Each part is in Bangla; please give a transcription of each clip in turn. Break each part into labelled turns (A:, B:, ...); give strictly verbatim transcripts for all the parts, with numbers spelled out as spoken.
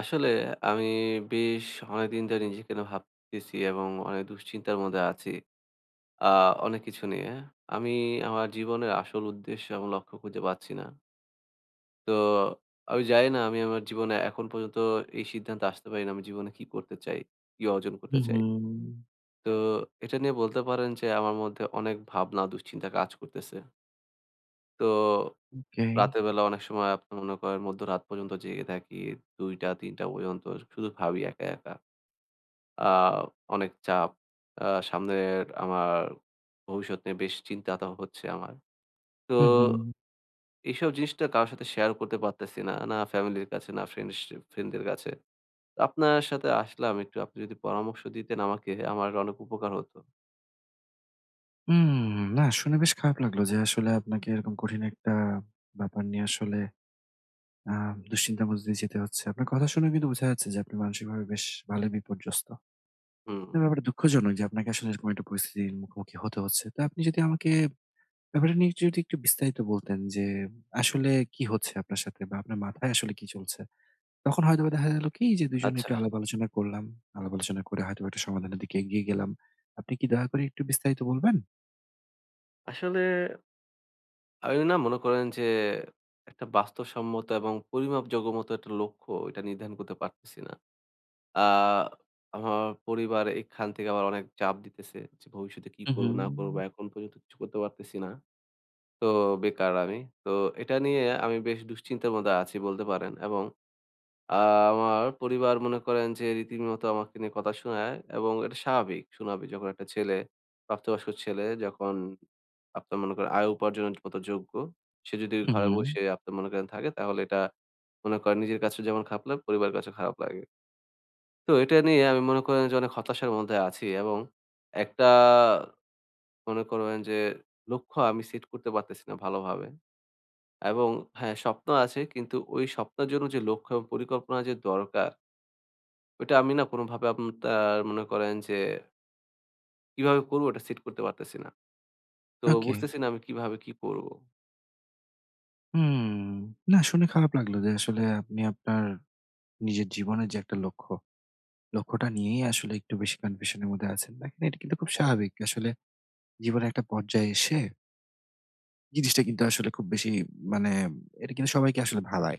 A: আসলে আমি বেশ অনেকদিন ধরে নিজেকে না ভাবতেছি এবং অনেক দুশ্চিন্তার মধ্যে আছি। আ অনেক কিছু নিয়ে। আমি আমার জীবনের আসল উদ্দেশ্য এবং লক্ষ্য খুঁজে পাচ্ছি না। তো আমি জানি না আমি আমার জীবনে এখন পর্যন্ত এই সিদ্ধান্তে আসতে পারি না আমি জীবনে কি করতে চাই, কি অর্জন করতে চাই।
B: হুম,
A: তো এটা নিয়ে বলতে পারেন যে আমার মধ্যে অনেক ভাবনা, দুশ্চিন্তা কাজ করতেছে। তো
B: ওকে।
A: রাতের বেলা অনেক সময় আপনি মনে করেন মধ্যরাত পর্যন্ত জেগে থাকি। দুইটা তিনটা পর্যন্ত শুধু ভাবি একা, একা। আ অনেক চাপ। আ সামনের আমার ভবিষ্যৎ নিয়ে বেশ চিন্তা-তা হচ্ছে আমার। তো
B: হুম, হুম।
A: হুম। এইসব জিনিসটা কারো সাথে শেয়ার করতে পারতেছি না। না ফ্যামিলির কাছে, না ফ্রেন্ডস ফ্রেন্ডদের কাছে। তো আপনার সাথে আসলাম একটু। আপনি যদি পরামর্শ দিতেন আমাকে, আমার অনেক উপকার হতো।
B: হুম, না শুনে বেশ খারাপ লাগলো যে আসলে আপনাকে এরকম কঠিন একটা ব্যাপার নিয়ে আসলে আ দুশ্চিন্তার মধ্যে দিয়ে যেতে হচ্ছে। আপনার কথা শুনে কিন্তু বোঝা যাচ্ছে যে আপনি মানসিকভাবে বেশ ভালোই বিপর্যস্ত।
A: হুম।
B: তো ব্যাপারটা দুঃখজনক যে আপনাকে আসলে এরকম একটা পরিস্থিতির মুখোমুখি হতে হচ্ছে। তো আপনি যদি আমাকে ব্যাপারটা নিয়ে যদি একটু বিস্তারিত বলতেন যে আসলে কি হচ্ছে আপনার সাথে বা আপনার মাথায় আসলে কি চলছে? তখন হয়তোবা দেখা গেল কি যে দুই জন
A: আচ্ছা।
B: একটু আলাপ আলোচনা করলাম। আলাপ আলোচনা করে হয়তোবা একটা সমাধানের দিকে এগিয়ে গেলাম। আপনি কি দয়া করে একটু বিস্তারিত বলবেন?
A: আসলে আমি না মনে করেন যে একটা বাস্তবসম্মত এবং পরিমাপযোগ্য মতো একটা লক্ষ্য এটা নির্ধারণ করতে পারতেছি না। আ আমার পরিবার এখান থেকে আবার অনেক চাপ দিতেছে যে, ভবিষ্যতে কি
B: হু, হু,
A: করবো না করবো? এখন পর্যন্ত কিছু করতে পারতেছি না। তো বেকার আমি। তো এটা নিয়ে আমি বেশ দুশ্চিন্তার মধ্যে আছি বলতে পারেন এবং আ আমার পরিবার মনে করেন যে রীতিমতো আমাকে নিয়ে কথা শোনায় এবং এটা স্বাভাবিক শোনাবে। যখন একটা ছেলে প্রাপ্তবয়স্ক ছেলে যখন আপনার মনে করেন আয় উপার্জনের মতো যোগ্য, সে যদি
B: হু,
A: ঘরে
B: হু।
A: বসে আপনার মনে করেন থাকে তাহলে এটা মনে করেন নিজের কাছেও যেমন খারাপ লাগে, পরিবারের কাছেও খারাপ লাগে। তো এটা নিয়ে আমি মনে করেন যে অনেক হতাশার মধ্যে আছি এবং একটা মনে করবেন যে লক্ষ্য আমি সেট করতে পারতেছি না ভালোভাবে। এবং হ্যাঁ, স্বপ্ন আছে কিন্তু ওই স্বপ্নের জন্য যে লক্ষ্য এবং পরিকল্পনা যে দরকার, ওইটা আমি না কোনোভাবে আপনার মনে করেন যে কিভাবে করবো ওটা সেট করতে পারতেছি না। তো বুঝতে
B: ওকে।
A: বুঝতেছি না আমি কিভাবে কি করব?
B: হুম। না শুনে খারাপ লাগলো যে আসলে আপনি আপনার নিজের জীবনের যে একটা লক্ষ্য, লক্ষ্যটা নিয়েই আসলে একটু বেশি কনফিউশন এর মধ্যে আছেন। দেখেন এটা কিন্তু খুব
A: হ্যাঁ,
B: স্বাভাবিক। আসলে জীবনের একটা পর্যায়ে এসে জিনিসটা কিন্তু আসলে খুব বেশি মানে এটা কিন্তু সবাইকে আসলে ভাবায়।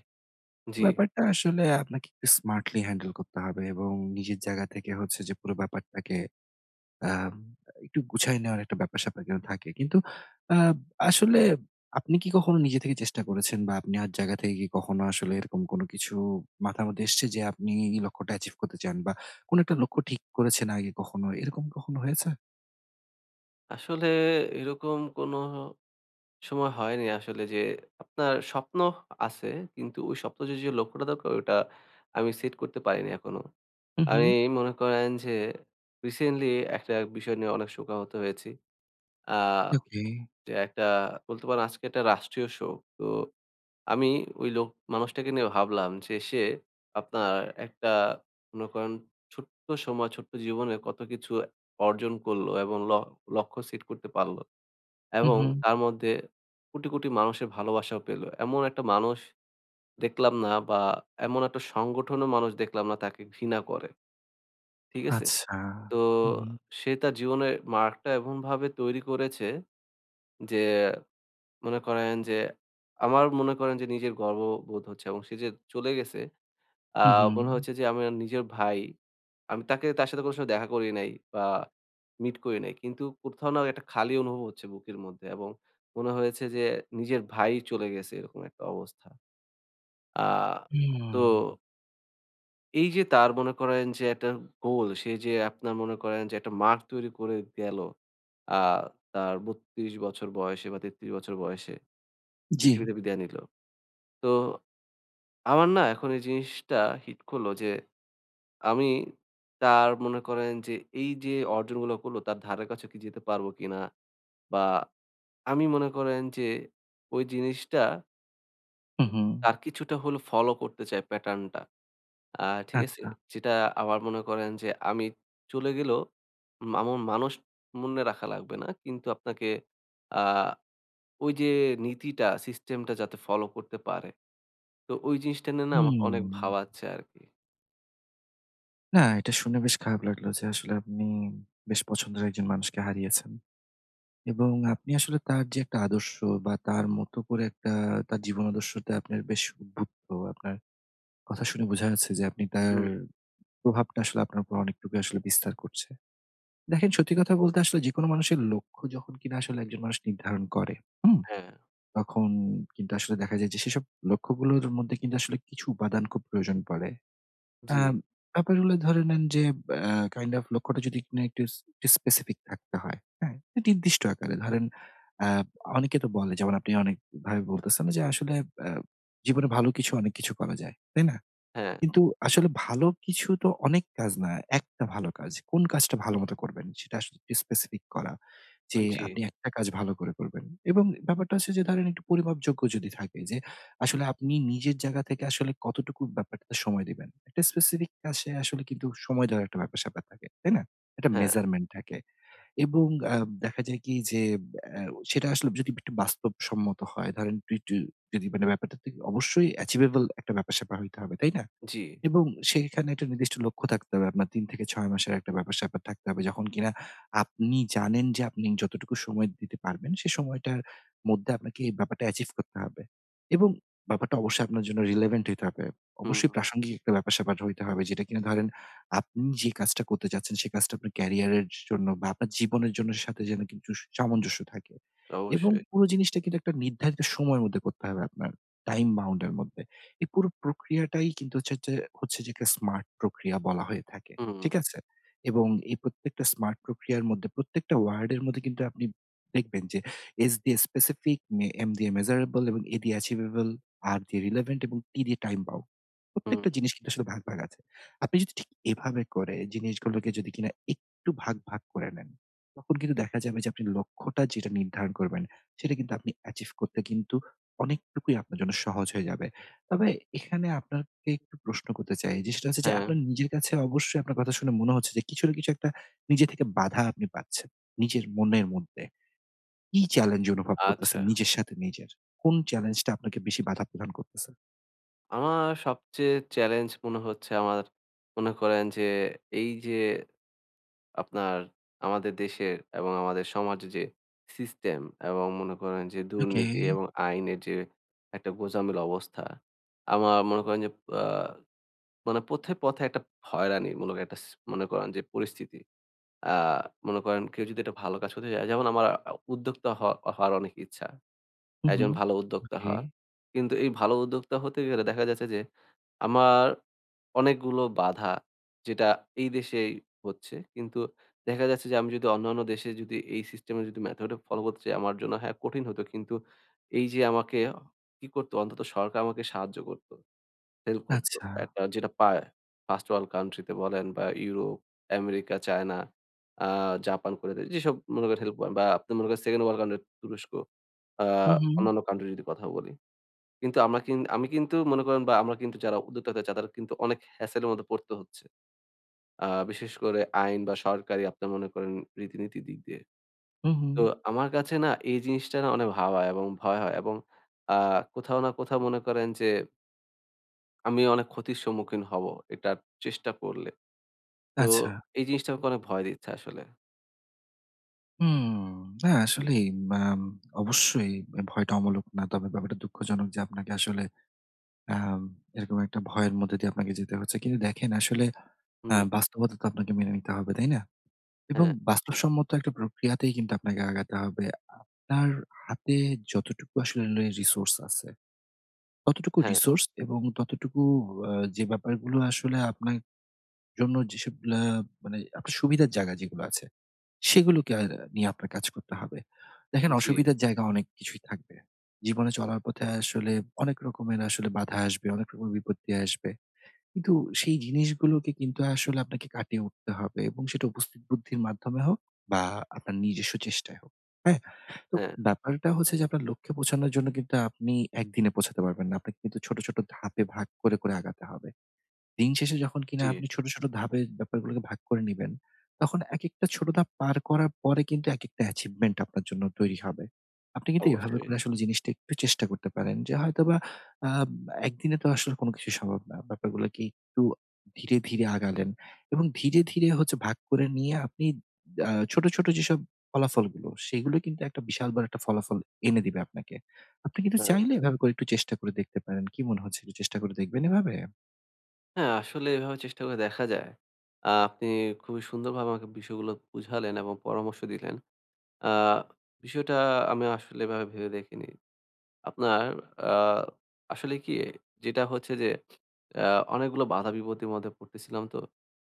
A: জি।
B: ব্যাপারটা আসলে আপনাকে একটু স্মার্টলি হ্যান্ডেল করতে হবে এবং নিজের জায়গা থেকে হচ্ছে যে পুরো ব্যাপারটাকে আম একটু গুছায় নেওয়ার একটা ব্যাপার-স্যাপার কিন্তু থাকে। কিন্তু আ আসলে আপনি কি কখনো নিজে থেকে চেষ্টা করেছেন বা আপনার জায়গা থেকে কি কখনো আসলে এরকম কোনো কিছু মাথার মধ্যে এসছে যে আপনি এই লক্ষ্যটা অ্যাচিভ করতে চান বা কোনো একটা লক্ষ্য ঠিক করেছেন আগে কখনো, এরকম কখনো হয়েছে?
A: আসলে এরকম কোনো সময় হয়নি আসলে যে আপনার স্বপ্ন আছে কিন্তু ওই স্বপ্ন যে, যে লক্ষ্যটা দরকার ওটা আমি সেট করতে পারিনি এখনো।
B: হু, হু।
A: আমি মনে করেন যে রিসেন্টলি একটা বিষয় নিয়ে অনেক শোকাহত হয়েছি। আ
B: ওকে।
A: যে একটা বলতে পারেন আজকে একটা রাষ্ট্রীয় শোক। তো আমি ওই লোক মানুষটাকে নিয়ে ভাবলাম যে সে আপনার একটা মনে করেন ছোট্ট সময়, ছোট্ট জীবনে কত কিছু অর্জন করলো এবং ল লক্ষ্য সেট করতে পারল।
B: হু,
A: এবং
B: হু।
A: তার মধ্যে কোটি, কোটি মানুষের ভালোবাসাও পেল। এমন একটা মানুষ দেখলাম না বা এমন একটা সংগঠনও মানুষ দেখলাম না তাকে ঘৃণা করে। ঠিক আছে?
B: আচ্ছা।
A: তো
B: হু, হু।
A: সে তার জীবনের মার্গটা এমনভাবে তৈরি করেছে যে মনে করেন যে আমার মনে করেন যে নিজের গর্ববোধ হচ্ছে এবং সে যে চলে গেছে আ
B: হু, হু।
A: মনে হচ্ছে যে আমার নিজের ভাই। আমি তাকে তার সাথে কোনো সময় দেখা করি নাই বা মিট করি নাই। কিন্তু কোথাও না একটা খালি অনুভব হচ্ছে বুকের মধ্যে এবং মনে হয়েছে যে নিজের ভাই চলে গেছে এরকম একটা অবস্থা। আ তো
B: হুম।
A: এই যে তার মনে করেন যে একটা গোল, সে যে আপনার মনে করেন যে একটা মার্গ তৈরি করে গেল। আ তার বত্রিশ বছর বয়সে বা তেত্রিশ বছর বয়সে
B: জি।
A: পৃথিবীতে বিদায় নিল। তো আমার না এখন এই জিনিসটা হিট করলো যে আমি তার মনে করেন যে এই যে অর্জনগুলো করলো তার ধারে কাছে কি যেতে পারবো কিনা? বা আমি মনে করেন যে ওই জিনিসটা
B: হু, হু।
A: তার কিছুটা হলেও ফলো করতে চাই প্যাটার্নটা। আ ঠিক আছে?
B: আচ্ছা।
A: যেটা আবার মনে করেন যে আমি চলে গেলেও মা- আমার মানুষ মনে রাখা লাগবে না। কিন্তু আপনাকে আ ওই যে নীতিটা সিস্টেমটা যাতে ফলো করতে পারে। তো ওই জিনিসটা নিয়ে না আমাকে
B: হুম।
A: অনেক ভাবাচ্ছে আরকি।
B: না, এটা শুনে বেশ খারাপ লাগলো যে আসলে আপনি বেশ পছন্দের একজন মানুষকে হারিয়েছেন। এবং আপনি আসলে তার যে একটা আদর্শ বা তার মতো করে একটা তার জীবন আদর্শতে আপনার বেশ উদ্বুদ্ধ। আপনার কথা শুনে বোঝা যাচ্ছে যে আপনি তার
A: হুম,
B: প্রভাবটা আসলে আপনার উপর অনেকটুকু আসলে বিস্তার করছে। দেখেন সত্যি কথা বলতে আসলে যেকোনো মানুষের লক্ষ্য যখন কিনা আসলে একজন মানুষ নির্ধারণ করে, হুম?
A: হ্যাঁ,
B: তখন কিন্তু আসলে দেখা যায় যে সেসব লক্ষ্যগুলোর মধ্যে কিন্তু আসলে কিছু উপাদান খুব প্রয়োজন পড়ে। আ
A: জি,
B: ব্যাপার হলো ধরে নেন যে আ কাইন্ড অফ লক্ষ্যটা যদি কিনা একটু স একটু স্পেসিফিক থাকতে হয়, হ্যাঁ? একটু নির্দিষ্ট আকারে ধরেন আ অনেকে তো বলে যেমন আপনি অনেকভাবে বলতেছেন যে আসলে আ জীবনে ভালো কিছু অনেক কিছু করা যায়। তাই না?
A: হ্যাঁ,
B: কিন্তু আসলে ভালো কিছু তো অনেক কাজ না। একটা ভালো কাজ। কোন কাজটা ভালোমতো করবেন সেটা আসলে একটু স্পেসিফিক করা। যে
A: জি,
B: আপনি একটা কাজ ভালো করে করবেন। এবং ব্যাপারটা হচ্ছে যে ধরেন একটু পরিমাপযোগ্য যদি থাকে যে আসলে আপনি নিজের জায়গা থেকে আসলে কতটুকু ব্যাপারটাতে সময় দিবেন। একটা স্পেসিফিক কাজে আসলে কিন্তু সময় দেওয়ার একটা ব্যাপার-স্যাপার থাকে। তাই না? একটা
A: হ্যাঁ।
B: মেজারমেন্ট থাকে। এবং আ দেখা যায় কি যে আ সেটা আসলে যদি একটু বাস্তবসম্মত হয় ধরেন একটু, একটু যদি মানে ব্যাপারটা থেকে অবশ্যই অ্যাচিভেবল একটা ব্যাপার-স্যাপার হইতে হবে। তাই না?
A: জি,
B: এবং সেখানে একটা নির্দিষ্ট লক্ষ্য থাকতে হবে। আপনার তিন থেকে ছয় মাসের একটা ব্যাপার-স্যাপার থাকতে হবে। যখন কিনা আপনি জানেন যে আপনি যতটুকু সময় দিতে পারবেন, সে সময়টার মধ্যে আপনাকে এই ব্যাপারটা অ্যাচিভ করতে হবে। এবং ব্যাপারটা অবশ্যই আপনার জন্য রিলেভেন্ট হইতে হবে।
A: হুম,
B: অবশ্যই প্রাসঙ্গিক একটা ব্যাপার-স্যাপার হইতে হবে। যেটা কিনা ধরেন আপনি যে কাজটা করতে চাচ্ছেন, সে কাজটা আপনার ক্যারিয়ারের জন্য বা আপনার জীবনের জন্য সাথে যেন কিছু সামঞ্জস্য থাকে। এবং
A: অবশ্যই।
B: পুরো জিনিসটা কিন্তু একটা নির্ধারিত সময়ের মধ্যে করতে হবে আপনার, টাইম বাউন্ড এর মধ্যে। এই পুরো প্রক্রিয়াটাই কিন্তু হচ্ছে যে হচ্ছে যে একটা স্মার্ট প্রক্রিয়া বলা হয়ে থাকে।
A: হুম,
B: ঠিক আছে? এবং এই প্রত্যেকটা স্মার্ট প্রক্রিয়ার মধ্যে প্রত্যেকটা ওয়ার্ড এর মধ্যে কিন্তু আপনি দেখবেন যে S দিয়ে specific, মে M দিয়ে measurable এবং A দিয়ে achievable, R দিয়ে relevant এবং T দিয়ে time bound.
A: হুম,
B: প্রত্যেকটা জিনিস কিন্তু আসলে ভাগ, ভাগ আছে। আপনি যদি ঠিক এভাবে করে জিনিসগুলোকে যদি কিনা একটু ভাগ, ভাগ করে নেন, তখন কিন্তু দেখা যাবে যে আপনি লক্ষ্যটা যেটা নির্ধারণ করবেন, সেটা কিন্তু আপনি achieve করতে কিন্তু অনেকটুকুই আপনার জন্য সহজ হয়ে যাবে। তবে এখানে আপনাকে একটু প্রশ্ন করতে চাই যে সেটা হচ্ছে যে
A: হ্যাঁ।
B: আপনার নিজের কাছে অবশ্যই আপনার কথা শুনে মনে হচ্ছে যে কিছু না কিছু একটা নিজে থেকে বাধা আপনি পাচ্ছেন। নিজের মনের মধ্যে কি চ্যালেঞ্জ অনুভব করতেছেন
A: আচ্ছা।
B: নিজের সাথে নিজের? কোন চ্যালেঞ্জটা আপনাকে বেশি বাধা প্রদান করতেছে?
A: আমার সবচেয়ে চ্যালেঞ্জ মনে হচ্ছে আমার মনে করেন যে এই যে আপনার আমাদের দেশের এবং আমাদের সমাজের যে সিস্টেম এবং মনে করেন যে
B: ওকে।
A: দুর্নীতি এবং আইনের যে একটা গোঁজামিল অবস্থা। আমার মনে করেন যে আ মানে পথে, পথে একটা হয়রানিমূলক একটা স মনে করেন যে পরিস্থিতি। আ মনে করেন কেউ যদি একটা ভালো কাজ করতে চায় যেমন আমার আ উদ্যোক্তা হ হওয়ার অনেক ইচ্ছা।
B: হু, হু।
A: একজন ভালো উদ্যোক্তা
B: ওকে।
A: হওয়ার। কিন্তু এই ভালো উদ্যোক্তা হতে গেলে দেখা যাচ্ছে যে আমার অনেকগুলো বাধা যেটা এই দেশেই হচ্ছে। কিন্তু দেখা যাচ্ছে যে আমি যদি অন্যান্য দেশে যদি এই সিস্টেমে যদি মেথড ফলো করতে চাই আমার জন্য হ্যাঁ, কঠিন হতো। কিন্তু এই যে আমাকে কি করতো অন্তত সরকার আমাকে সাহায্য করত, হেল্প করত।
B: আচ্ছা।
A: একটা যেটা পায় ফার্স্ট ওয়ার্ল্ড কান্ট্রি তে বলেন বা ইউরোপ, আমেরিকা, চায়না, আ জাপান করে দেয় যেসব মনে করেন হেল্প বা আপনি মনে করেন সেকেন্ড ওয়ার্ল্ড কান্ট্রি তুরস্ক। আ
B: হু, হু।
A: অন্যান্য কান্ট্রি যদি কথা বলি। কিন্তু আমরা কিন আমি কিন্তু মনে করেন বা আমরা কিন্তু যারা উদ্যোক্তা হতে চাই তাদের কিন্তু অনেক হ্যাসেল এর মধ্যে পড়তে হচ্ছে। আ বিশেষ করে আইন বা সরকারি আপনার মনে করেন রীতিনীতির দিক দিয়ে।
B: হু, হু।
A: তো আমার কাছে না এই জিনিসটা না অনেক ভাবায় এবং ভয় হয় এবং আ কোথাও না কোথাও মনে করেন যে আমি অনেক ক্ষতির সম্মুখীন হব এটা চেষ্টা করলে। তো
B: আচ্ছা।
A: এই জিনিসটা আমাকে অনেক ভয় দিচ্ছে আসলে।
B: হুম। না আসলেই আম অবশ্যই ভয়টা অমূলক না। তবে ব্যাপারটা দুঃখজনক যে আপনাকে আসলে আম এরকম একটা ভয়ের মধ্যে দিয়ে আপনাকে যেতে হচ্ছে। কিন্তু দেখেন আসলে আ
A: হুম,
B: বাস্তবতা তো আপনাকে মেনে নিতে হবে, তাই না? এবং
A: হ্যাঁ,
B: বাস্তবসম্মত একটা প্রক্রিয়াতেই কিন্তু আপনাকে আগাতে হবে। আপনার হাতে যতটুকু আসলে রিসোর্স আছে, ততটুকু
A: হ্যাঁ,
B: রিসোর্স এবং ততটুকু আ যে ব্যাপারগুলো আসলে আপনার জন্য যেসব আ মানে আপনার সুবিধার জায়গা যেগুলো আছে, সেগুলোকে আ নিয়ে আপনার কাজ করতে হবে। দেখেন
A: জি,
B: অসুবিধার জায়গা অনেক কিছুই থাকবে। জীবনে চলার পথে আসলে অনেক রকমের আসলে বাধা আসবে, অনেক রকমের বিপত্তি আসবে। কিন্তু সেই জিনিসগুলোকে কিন্তু আসলে আপনাকে কাটিয়ে উঠতে হবে এবং সেটা উপস্থিত বুদ্ধির মাধ্যমে হোক বা আপনার নিজস্ব চেষ্টায় হোক। হ্যাঁ? তো
A: হ্যাঁ,
B: ব্যাপারটা হচ্ছে যে আপনার লক্ষ্যে পৌঁছানোর জন্য কিন্তু আপনি একদিনে পৌঁছাতে পারবেন না। আপনাকে কিন্তু ছোট, ছোট ধাপে ভাগ করে, করে আগাতে হবে। দিন শেষে যখন কিনা
A: জি,
B: আপনি ছোট, ছোট ধাপে ব্যাপারগুলোকে ভাগ করে নিবেন, তখন একেকটা ছোট ধাপ পার করার পরে কিন্তু একেকটা অ্যাচিভমেন্ট আপনার জন্য তৈরি হবে। আপনি কিন্তু এভাবে
A: অবশ্যই।
B: করে আসলে জিনিসটা একটু চেষ্টা করতে পারেন যে হয়তোবা আ একদিনে তো আসলে কোনো কিছু সম্ভব না। ব্যাপারগুলোকে একটু ধীরে, ধীরে আগালেন এবং ধীরে, ধীরে হচ্ছে ভাগ করে নিয়ে আপনি আ ছোট, ছোট যেসব ফলাফলগুলো সেগুলো কিন্তু একটা বিশাল বড় একটা ফলাফল এনে দিবে আপনাকে। আপনি কিন্তু
A: হ্যাঁ।
B: চাইলে এভাবে করে একটু চেষ্টা করে দেখতে পারেন। কি মনে হচ্ছে একটু চেষ্টা করে দেখবেন এভাবে?
A: হ্যাঁ, আসলে এভাবে চেষ্টা করে দেখা যায়। আ আপনি খুবই সুন্দরভাবে আমাকে বিষয়গুলো বুঝালেন এবং পরামর্শ দিলেন। আ বিষয়টা আমি আসলে এভাবে ভেবে দেখিনি। আপনার আ আসলে কি যেটা হচ্ছে যে আ অনেকগুলো বাধা বিপত্তির মধ্যে পড়তেছিলাম তো।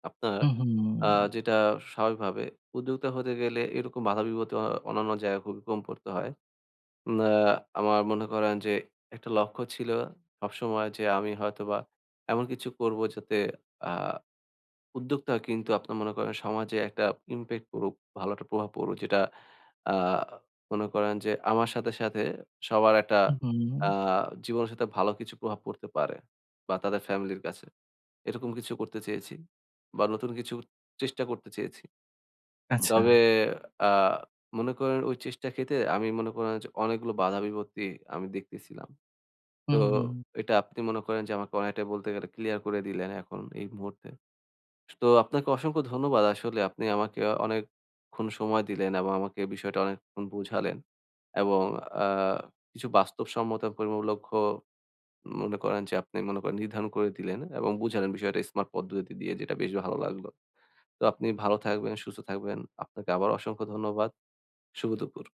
A: আপনার আ
B: উহুম,
A: যেটা স্বাভাবিকভাবে উদ্যোক্তা হতে গেলে এরকম বাধা বিপত্তি অ অন্যান্য জায়গায় খুবই কম পড়তে হয়। উম আ আমার মনে করেন যে একটা লক্ষ্য ছিল সবসময় যে আমি হয়তোবা এমন কিছু করব যাতে আ উদ্যোক্তা কিন্তু আপনার মনে করেন সমাজে একটা ইমপ্যাক্ট পড়ুক, ভালো একটা প্রভাব পড়ুক। যেটা আ মনে করেন যে আমার সাথে, সাথে সবার একটা
B: উহুম,
A: আ জীবনের সাথে ভালো কিছু প্রভাব পড়তে পারে বা তাদের ফ্যামিলির কাছে। এরকম কিছু করতে চেয়েছি বা নতুন কিছু চেষ্টা করতে চেয়েছি।
B: আচ্ছা।
A: তবে আ মনে করেন ওই চেষ্টা ক্ষেতে আমি মনে করেন যে অনেকগুলো বাধা বিপত্তি আমি দেখতেছিলাম। তো
B: হুম, হুম।
A: এটা আপনি মনে করেন যে আমাকে অনেকটাই বলতে গেলে ক্লিয়ার করে দিলেন এখন এই মুহূর্তে। তো আপনাকে অসংখ্য ধন্যবাদ। আসলে আপনি আমাকে অনেকক্ষণ সময় দিলেন এবং আমাকে বিষয়টা অনেকক্ষণ বুঝালেন। এবং আ কিছু বাস্তবসম্মত পরিম লক্ষ্য মনে করেন যে আপনি মনে করেন নির্ধারণ করে দিলেন এবং বুঝালেন বিষয়টা স্মার্ট পদ্ধতি দিয়ে যেটা বেশ ভালো লাগলো। তো আপনি ভালো থাকবেন, সুস্থ থাকবেন। আপনাকে আবার অসংখ্য ধন্যবাদ। শুভ দুপুর।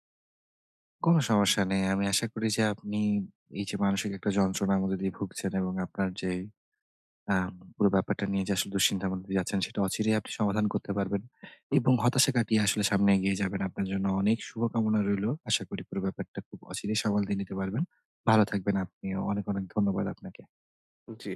B: কোনো সমস্যা নেই। আমি আশা করি যে আপনি এই যে মানসিক একটা যন্ত্রণার মধ্যে দিয়ে ভুগছেন এবং আপনার যে আম পুরো ব্যাপারটা নিয়ে যে আসলে দুশ্চিন্তার মধ্যে দিয়ে যাচ্ছেন সেটা অচিরেই আপনি সমাধান করতে পারবেন
A: হুম।
B: এবং হতাশা কাটিয়ে আসলে সামনে এগিয়ে যাবেন। আপনার জন্য অনেক শুভকামনা রইলো। আশা করি পুরো ব্যাপারটা খুব অচিরেই সামাল দিয়ে নিতে পারবেন। ভালো থাকবেন আপনিও। অনেক, অনেক ধন্যবাদ আপনাকে।
A: জি।